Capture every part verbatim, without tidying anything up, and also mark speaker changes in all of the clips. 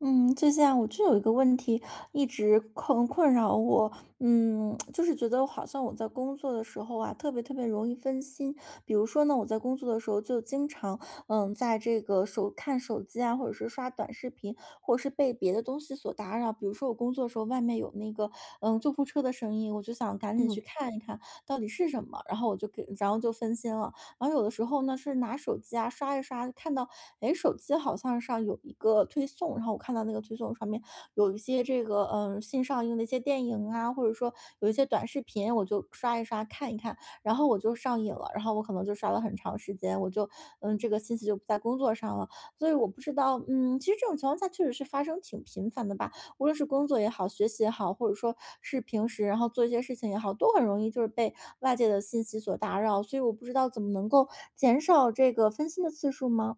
Speaker 1: 嗯，就像我就有一个问题一直困困扰我，嗯，就是觉得好像我在工作的时候啊，特别特别容易分心。比如说呢，我在工作的时候就经常，嗯，在这个手看手机啊，或者是刷短视频，或者是被别的东西所打扰。比如说我工作的时候，外面有那个嗯救护车的声音，我就想赶紧
Speaker 2: 嗯
Speaker 1: 去看一看到底是什么，然后我就给，然后就分心了。然后有的时候呢是拿手机啊刷一刷，看到哎手机好像上有一个推送，然后我看到那个推送上面有一些这个嗯新上映的一些电影啊，或者说有一些短视频，我就刷一刷看一看，然后我就上瘾了，然后我可能就刷了很长时间，我就嗯这个心思就不在工作上了，所以我不知道嗯其实这种情况下确实是发生挺频繁的吧，无论是工作也好，学习也好，或者说是平时然后做一些事情也好，都很容易就是被外界的信息所打扰，所以我不知道怎么能够减少这个分心的次数吗？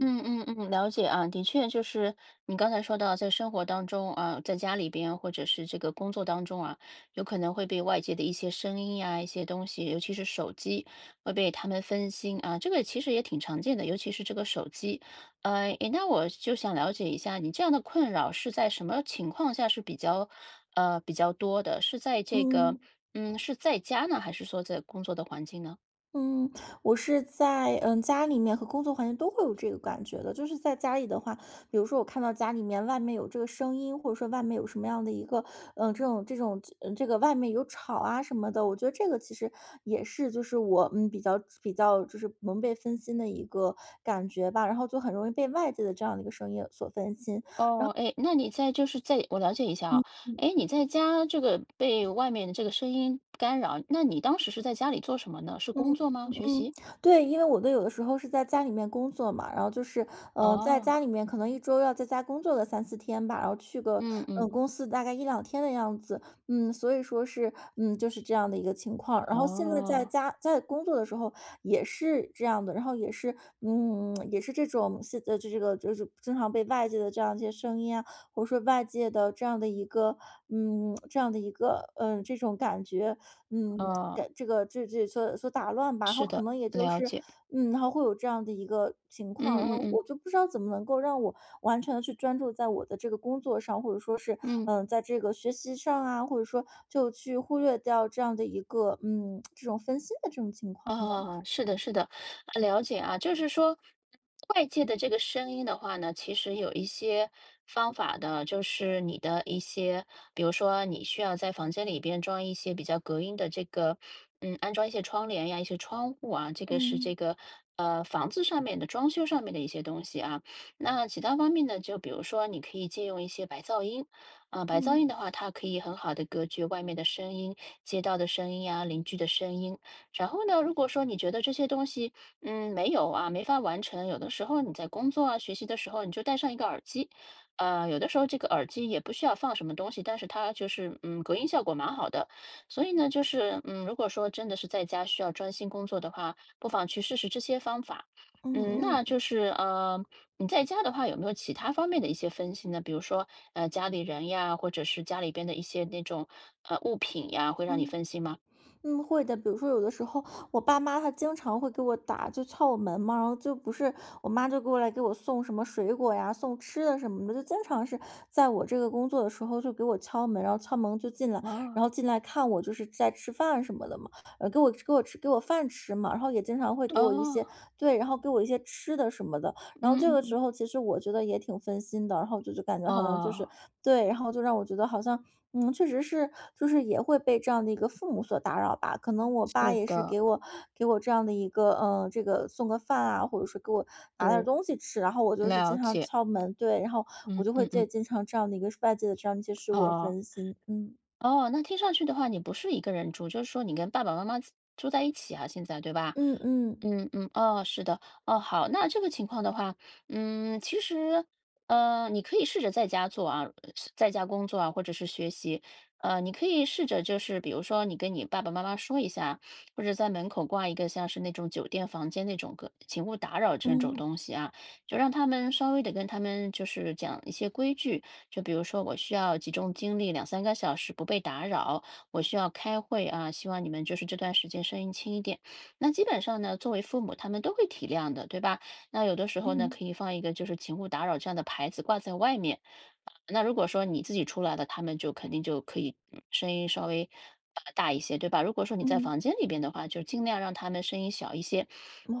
Speaker 2: 嗯嗯嗯，了解啊，的确就是你刚才说到，在生活当中啊，在家里边或者是这个工作当中啊，有可能会被外界的一些声音呀、一些东西，尤其是手机会被他们分心啊，这个其实也挺常见的，尤其是这个手机。呃，诶那我就想了解一下，你这样的困扰是在什么情况下是比较呃比较多的？是在这个
Speaker 1: 嗯。
Speaker 2: 嗯是在家呢，还是说在工作的环境呢？
Speaker 1: 嗯，我是在嗯家里面和工作环境都会有这个感觉的。就是在家里的话，比如说我看到家里面外面有这个声音，或者说外面有什么样的一个嗯这种这种嗯这个外面有吵啊什么的，我觉得这个其实也是就是我嗯比较比较就是能被分心的一个感觉吧，然后就很容易被外界的这样的一个声音所分心。
Speaker 2: 哦，哎，那你在就是在我了解一下啊，
Speaker 1: 嗯。
Speaker 2: 哎，你在家这个被外面的这个声音干扰，那你当时是在家里做什么呢？是
Speaker 1: 嗯
Speaker 2: 工作吗？
Speaker 1: 嗯
Speaker 2: 学
Speaker 1: 嗯，
Speaker 2: 习？
Speaker 1: 对，因为我的有的时候是在家里面工作嘛，然后就是，嗯，在
Speaker 2: 哦，
Speaker 1: 家里面可能一周要在家工作个三四天吧，然后去个，
Speaker 2: 嗯嗯，
Speaker 1: 嗯公司大概一两天的样子，嗯，所以说是，嗯，就是这样的一个情况。然后现在在
Speaker 2: 哦
Speaker 1: 家在工作的时候也是这样的，然后也是，嗯，也是这种现在这个就是经常被外界的这样一些声音啊，或者说外界的这样的一个，嗯，这样的一个，嗯这种感觉，嗯，
Speaker 2: 哦，
Speaker 1: 给这个这这所所打乱吧，然后
Speaker 2: 是
Speaker 1: 可
Speaker 2: 的，
Speaker 1: 能也就
Speaker 2: 了
Speaker 1: 是，
Speaker 2: 解，
Speaker 1: 嗯，然后会有这样的一个情
Speaker 2: 嗯
Speaker 1: 况，然
Speaker 2: 嗯
Speaker 1: 后
Speaker 2: 嗯
Speaker 1: 我就不知道怎么能够让我完全的去专注在我的这个工作上，或者说是，
Speaker 2: 嗯。
Speaker 1: 嗯，在这个学习上啊，或者说就去忽略掉这样的一个，嗯，这种分心的这种情况呢？
Speaker 2: 啊，是的，是的，啊了解啊，就是说，外界的这个声音的话呢，其实有一些方法的，就是你的一些，比如说你需要在房间里边装一些比较隔音的这个，嗯，安装一些窗帘呀，一些窗户啊，这个是这
Speaker 1: 嗯
Speaker 2: 个呃房子上面的装修上面的一些东西啊。那其他方面呢，就比如说你可以借用一些白噪音，啊、白噪
Speaker 1: 嗯
Speaker 2: 音的话，它可以很好的隔绝外面的声音、街道的声音呀、邻居的声音。然后呢，如果说你觉得这些东西，嗯，没有啊，没法完成，有的时候你在工作啊、学习的时候，你就戴上一个耳机，呃，有的时候这个耳机也不需要放什么东西，但是它就是，嗯，隔音效果蛮好的。所以呢，就是，嗯，如果说真的是在家需要专心工作的话，不妨去试试这些方法。嗯，那
Speaker 1: 嗯
Speaker 2: 就
Speaker 1: 嗯
Speaker 2: 是呃，你在家的话，有没有其他方面的一些分析呢？比如说，呃，家里人呀，或者是家里边的一些那种呃物品呀，会让你
Speaker 1: 嗯。
Speaker 2: 分心吗？
Speaker 1: 嗯，会的。比如说，有的时候我爸妈他经常会给我打，就敲我门嘛，然后就不是我妈就过来给我送什么水果呀，送吃的什么的，就经常是在我这个工作的时候就给我敲门，然后敲门就进来，
Speaker 2: 哦
Speaker 1: 然后进来看我就是在吃饭什么的嘛，呃，给我给我吃给我饭吃嘛，然后也经常会给我一
Speaker 2: 哦，
Speaker 1: 些对，然后给我一些吃的什么的，然后这
Speaker 2: 嗯
Speaker 1: 个
Speaker 2: 嗯，
Speaker 1: 时候其实我觉得也挺分心的，然后就就感觉好像就是
Speaker 2: 哦，
Speaker 1: 对，然后就让我觉得好像嗯，确实是，就是也会被这样的一个父母所打扰吧。可能我爸
Speaker 2: 是
Speaker 1: 也是
Speaker 2: 的，
Speaker 1: 给我给我这样的一个，嗯，这个送个饭啊，或者是给我拿点儿
Speaker 2: 是，
Speaker 1: 东西吃，然后我就是
Speaker 2: 了
Speaker 1: 经常
Speaker 2: 解，
Speaker 1: 敲门，对，然后我
Speaker 2: 嗯
Speaker 1: 就会
Speaker 2: 嗯
Speaker 1: 在
Speaker 2: 嗯，
Speaker 1: 经常这样的一个外界的这样一些事物而
Speaker 2: 哦
Speaker 1: 分心。嗯
Speaker 2: 哦，那听上去的话，你不是一个人住，就是说你跟爸爸妈妈住在一起啊，现在对吧？
Speaker 1: 嗯嗯
Speaker 2: 嗯嗯，哦，是的，哦，好，那这个情况的话，嗯，其实，呃，你可以试着在家做啊，呃在家工作啊，或者是学习，呃，你可以试着就是，比如说你跟你爸爸妈妈说一下，或者在门口挂一个像是那种酒店房间那种个请勿打扰这种
Speaker 1: 嗯
Speaker 2: 东西啊，就让他们稍微的跟他们就是讲一些规矩，就比如说我需要集中精力两三个小时不被打扰，我需要开会啊，希望你们就是这段时间声音轻一点。那基本上呢，作为父母，他们都会体谅的，对吧？那有的时候呢，
Speaker 1: 嗯
Speaker 2: 可以放一个就是“请勿打扰”这样的牌子挂在外面。呃那如果说你自己出来了，他们就肯定就可以嗯声音稍微呃大一些，对吧？如果说你在
Speaker 1: 嗯，
Speaker 2: 房间里边的话，就尽量让他们声音小一些。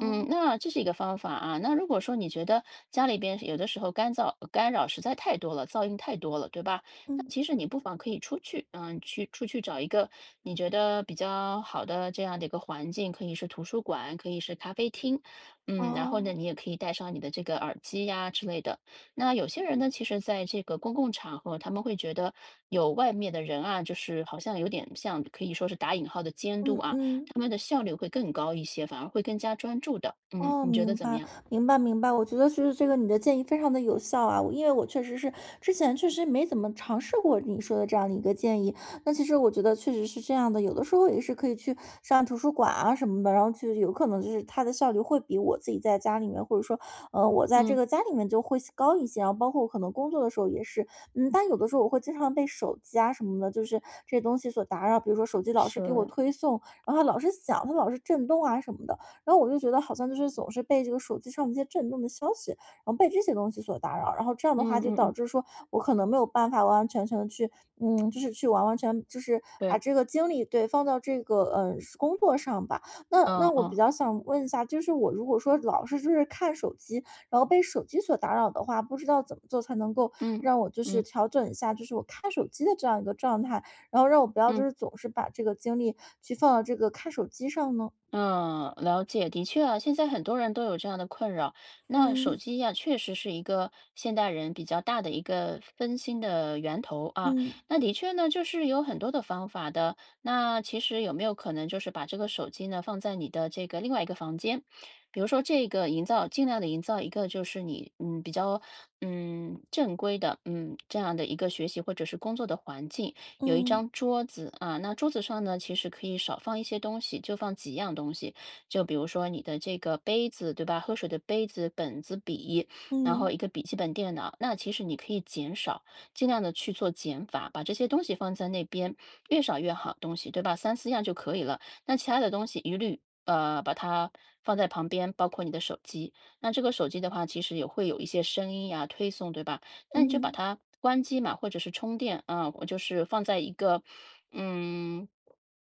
Speaker 2: 嗯，那这是一个方法啊。那如果说你觉得家里边有的时候干燥干扰实在太多了，噪音太多了，对吧？那
Speaker 1: 嗯
Speaker 2: 其实你不妨可以出去，嗯，去出去找一个你觉得比较好的这样的一个环境，可以是图书馆，可以是咖啡厅，嗯，然后呢，
Speaker 1: 哦，
Speaker 2: 你也可以带上你的这个耳机呀之类的。那有些人呢，其实在这个公共场合，他们会觉得有外面的人啊，就是好像有点像可以说是打引号的监
Speaker 1: 嗯
Speaker 2: 督啊。
Speaker 1: 嗯。
Speaker 2: 他们的效率会更高一些，反而会更加专注的。嗯，
Speaker 1: 哦，
Speaker 2: 你觉得
Speaker 1: 明
Speaker 2: 怎么
Speaker 1: 白，
Speaker 2: 样？
Speaker 1: 明白，明白。我觉得就是这个你的建议非常的有效啊，我因为我确实是之前确实没怎么尝试过你说的这样的一个建议。那其实我觉得确实是这样的，有的时候也是可以去上图书馆啊什么的，然后去有可能就是它的效率会比我自己在家里面，或者说，呃，我在这
Speaker 2: 嗯，
Speaker 1: 个家里面就会高一些。然后包括我可能工作的时候也是，嗯，但有的时候我会经常被手机啊什么的，就是这些东西所打扰，比如说手机老是给我
Speaker 2: 是，
Speaker 1: 推送，然后它老是响，它老是震动啊什么的。然后我就觉得好像就是总是被这个手机上的一些震动的消息，然后被这些东西所打扰，然后这样的
Speaker 2: 嗯
Speaker 1: 话就
Speaker 2: 嗯
Speaker 1: 导
Speaker 2: 嗯，
Speaker 1: 致说我可能没有办法完完全全的去，嗯，就是去完完全就是把
Speaker 2: 对，
Speaker 1: 这个精力对放到这个嗯工作上吧。那那
Speaker 2: 嗯
Speaker 1: 我
Speaker 2: 嗯
Speaker 1: 比较想问一下，就是我如果说老是就是看手机，然后被手机所打扰的话，不知道怎么做才能够
Speaker 2: 嗯
Speaker 1: 让我就是
Speaker 2: 嗯
Speaker 1: 调整一下，就是我看手机的这样一个状态，然后让我不要就
Speaker 2: 嗯。
Speaker 1: 是总是把这个精力去放到这个看手机上呢？
Speaker 2: 嗯，了解，的确啊，现在很多人都有这样的困扰。那手
Speaker 1: 嗯
Speaker 2: 机呀，确实是一个现代人比较大的一个分心的源头啊。
Speaker 1: 嗯。
Speaker 2: 那的确呢，就是有很多的方法的。那其实有没有可能就是把这个手机呢放在你的这个另外一个房间？比如说这个营造，尽量的营造一个就是你嗯比较嗯正规的嗯这样的一个学习或者是工作的环境。有一
Speaker 1: 嗯，
Speaker 2: 张桌子啊，那桌子上呢，其实可以少放一些东西，就放几样东西，就比如说你的这个杯子，对吧？喝水的杯子、本子、笔，然后
Speaker 1: 嗯，
Speaker 2: 一个笔记本电脑，那其实你可以减少，尽量的去做减法，把这些东西放在那边，越少越好，东西，对吧？三四样就可以了。那其他的东西一律呃把它放在旁边，包括你的手机。那这个手机的话，其实也会有一些声音呀、推送，对吧？那你就把
Speaker 1: 嗯，
Speaker 2: 它关机嘛，或者是充电啊，我就是放在一个嗯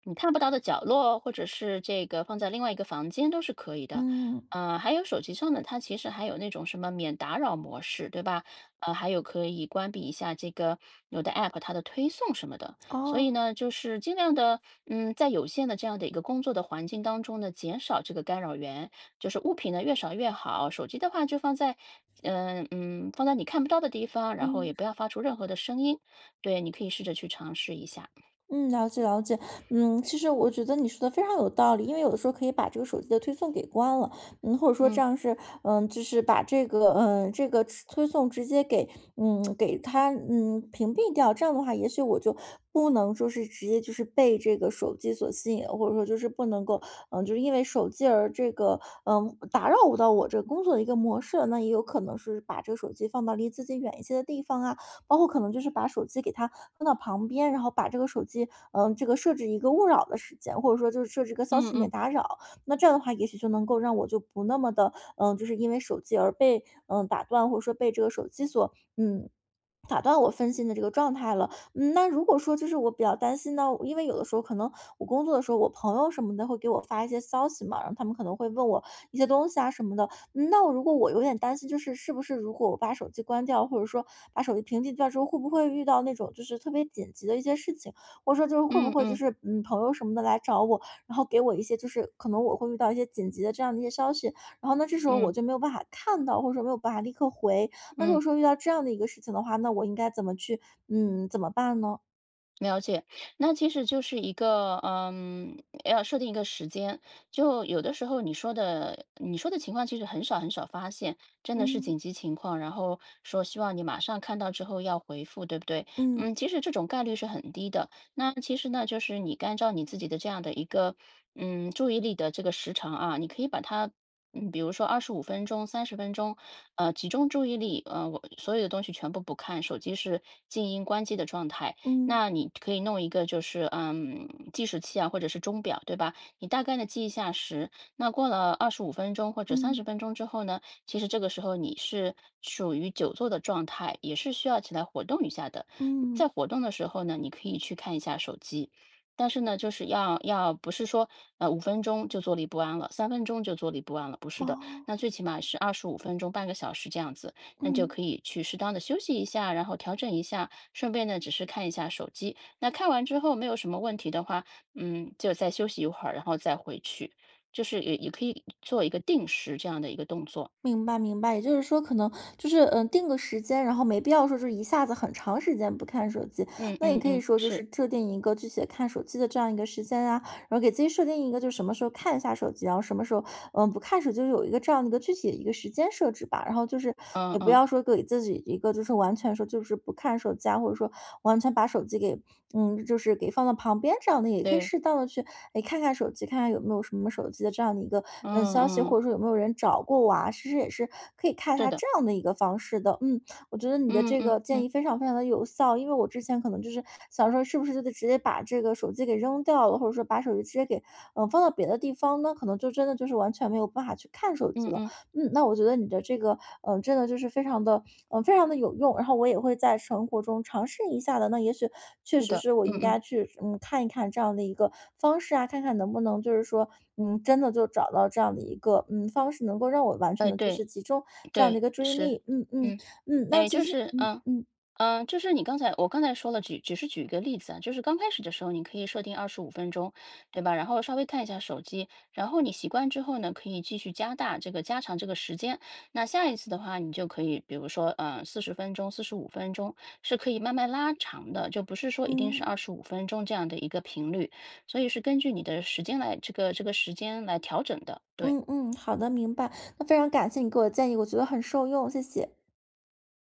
Speaker 2: 你看不到的角落，或者是这个放在另外一个房间都是可以的。
Speaker 1: 嗯，
Speaker 2: 呃，还有手机上呢，它其实还有那种什么免打扰模式，对吧？呃，还有可以关闭一下这个有的 app 它的推送什么的。所以
Speaker 1: 哦，
Speaker 2: 呢，就是尽量的，嗯，在有限的这样的一个工作的环境当中呢，减少这个干扰源。就是物品呢越少越好，手机的话就放在，嗯嗯，放在你看不到的地方，然后也
Speaker 1: 嗯。
Speaker 2: 不要发出任何的声音。对，你可以试着去尝试一下。
Speaker 1: 嗯，了解了解。嗯，其实我觉得你说的非常有道理，因为有的时候可以把这个手机的推送给关了，嗯，或者说这
Speaker 2: 嗯
Speaker 1: 样是，嗯，就是把这个，嗯，这个吃推送直接给，嗯，给它，嗯，屏蔽掉。这样的话，也许我就不能说是直接就是被这个手机所吸引，或者说就是不能够，嗯，就是因为手机而这个，嗯，打扰到我这个工作的一个模式了。那也有可能是把这个手机放到离自己远一些的地方啊，包括可能就是把手机给它放到旁边，然后把这个手机，嗯，这个设置一个勿扰的时间，或者说就是设置一个消
Speaker 2: 嗯
Speaker 1: 息免
Speaker 2: 嗯
Speaker 1: 打扰。那这样的话，也许就能够让我就不那么的，嗯，就是因为手机而被嗯打断，或者说被这个手机所嗯。打断我分心的这个状态了，嗯，那如果说就是我比较担心呢，因为有的时候可能我工作的时候，我朋友什么的会给我发一些消息嘛，然后他们可能会问我一些东西啊什么的，嗯，那我如果我有点担心，就是是不是如果我把手机关掉，或者说把手机屏蔽掉之后，会不会遇到那种就是特别紧急的一些事情，或者说就是会不
Speaker 2: 嗯
Speaker 1: 会就
Speaker 2: 嗯
Speaker 1: 是嗯朋友什么的来找我，然后给我一些就是可能我会遇到一些紧急的这样的一些消息，然后呢这时候
Speaker 2: 嗯
Speaker 1: 我就没有办法看到，或者说没有办法立刻回。那如
Speaker 2: 嗯。
Speaker 1: 果说遇到这样的一个事情的话，那我应该怎么去嗯怎么办呢？
Speaker 2: 了解，那其实就是一个，嗯，要设定一个时间。就有的时候你说的，你说的情况其实很少很少发现，真的是
Speaker 1: 嗯
Speaker 2: 紧急情况，然后说希望你马上看到之后要回复，对不对？
Speaker 1: 嗯
Speaker 2: 嗯，其实这种概率是很低的。那其实呢，就是你按照你自己的这样的一个，嗯，注意力的这个时长啊，你可以把它。嗯，比如说二十五分钟、三十分钟，呃，集中注意力，呃，我所有的东西全部不看，手机是静音关机的状态，
Speaker 1: 嗯
Speaker 2: 那你可以弄一个就是，嗯，计时器啊，或者是钟表，对吧？你大概的记一下时，那过了二十五分钟或者三十
Speaker 1: 嗯嗯
Speaker 2: 分钟之后呢，其实这个时候你是属于久坐的状态，也是需要起来活动一下的。在
Speaker 1: 嗯
Speaker 2: 活动的时候呢，你可以去看一下手机，但是呢，就是要要不是说，呃五分钟就坐立不安了三分钟就坐立不安了，不是的，
Speaker 1: 哦
Speaker 2: 那最起码是二十五分钟，半个小时这样子。那就
Speaker 1: 嗯。
Speaker 2: 可以去适当的休息一下，然后调整一下，顺便呢，只是看一下手机。那看完之后没有什么问题的话，嗯，就再休息一会儿，然后再回去，就是也也可以做一个定时这样的一个动作。
Speaker 1: 明白明白，也就是说，可能就是，嗯，呃定个时间，然后没必要说就是一下子很长时间不看手机。
Speaker 2: 嗯
Speaker 1: 那也
Speaker 2: 嗯
Speaker 1: 可以
Speaker 2: 嗯，
Speaker 1: 说就
Speaker 2: 是，
Speaker 1: 是设定一个具体的看手机的这样一个时间啊，然后给自己设定一个就是什么时候看一下手机，然后什么时候嗯，不看时就是有一个这样的一个具体的一个时间设置吧。然后就是
Speaker 2: 嗯
Speaker 1: 也不
Speaker 2: 嗯，
Speaker 1: 要说给自己一个就是完全说就是不看手机啊，或者说完全把手机给嗯，就是给放到旁边这样的，也可以
Speaker 2: 对，
Speaker 1: 适当的去哎看看手机，看看有没有什么手机的这样的一个
Speaker 2: 嗯
Speaker 1: 嗯消息，
Speaker 2: 嗯，
Speaker 1: 或者说有没有人找过我啊，其实也是可以看一
Speaker 2: 是
Speaker 1: 下
Speaker 2: 的，
Speaker 1: 这样的一个方式的。嗯，我觉得你的
Speaker 2: 嗯
Speaker 1: 这
Speaker 2: 嗯
Speaker 1: 个建议
Speaker 2: 嗯
Speaker 1: 非常非常的有效，因为我之前可能就是想说是不是就得直接把这个手机给扔掉了，或者说把手机直接给嗯，呃放到别的地方呢，可能就真的就是完全没有办法去看手机
Speaker 2: 嗯
Speaker 1: 了。
Speaker 2: 嗯，
Speaker 1: 嗯，那我觉得你的这个，嗯，真的就是非常的，嗯，非常的有用，然后我也会在生活中尝试一下的。那也许确
Speaker 2: 是
Speaker 1: 实
Speaker 2: 的，
Speaker 1: 是我
Speaker 2: 嗯
Speaker 1: 应
Speaker 2: 嗯，
Speaker 1: 该去，嗯，看一看这样的一个方式啊，看看能不能就是说，嗯，真的就找到这样的一个，嗯，方式能够让我完全
Speaker 2: 哎，
Speaker 1: 的就
Speaker 2: 对
Speaker 1: 是集中这样的
Speaker 2: 对
Speaker 1: 一个注意
Speaker 2: 是，
Speaker 1: 力。嗯嗯，
Speaker 2: 嗯，
Speaker 1: 嗯，那
Speaker 2: 哎，
Speaker 1: 其
Speaker 2: 就
Speaker 1: 实
Speaker 2: 是
Speaker 1: 嗯
Speaker 2: 嗯。
Speaker 1: 嗯
Speaker 2: 嗯，呃就是你刚才我刚才说了，举只是举一个例子啊，就是刚开始的时候，你可以设定二十五分钟，对吧？然后稍微看一下手机，然后你习惯之后呢，可以继续加大这个加长这个时间。那下一次的话，你就可以，比如说，嗯，四十分钟、四十五分钟是可以慢慢拉长的，就不是说一定是
Speaker 1: 嗯，
Speaker 2: 二十五分钟这样的一个频率，所以是根据你的时间来这个这个时间来调整的，对。
Speaker 1: 嗯嗯，好的，明白。那非常感谢你给我的建议，我觉得很受用，谢谢。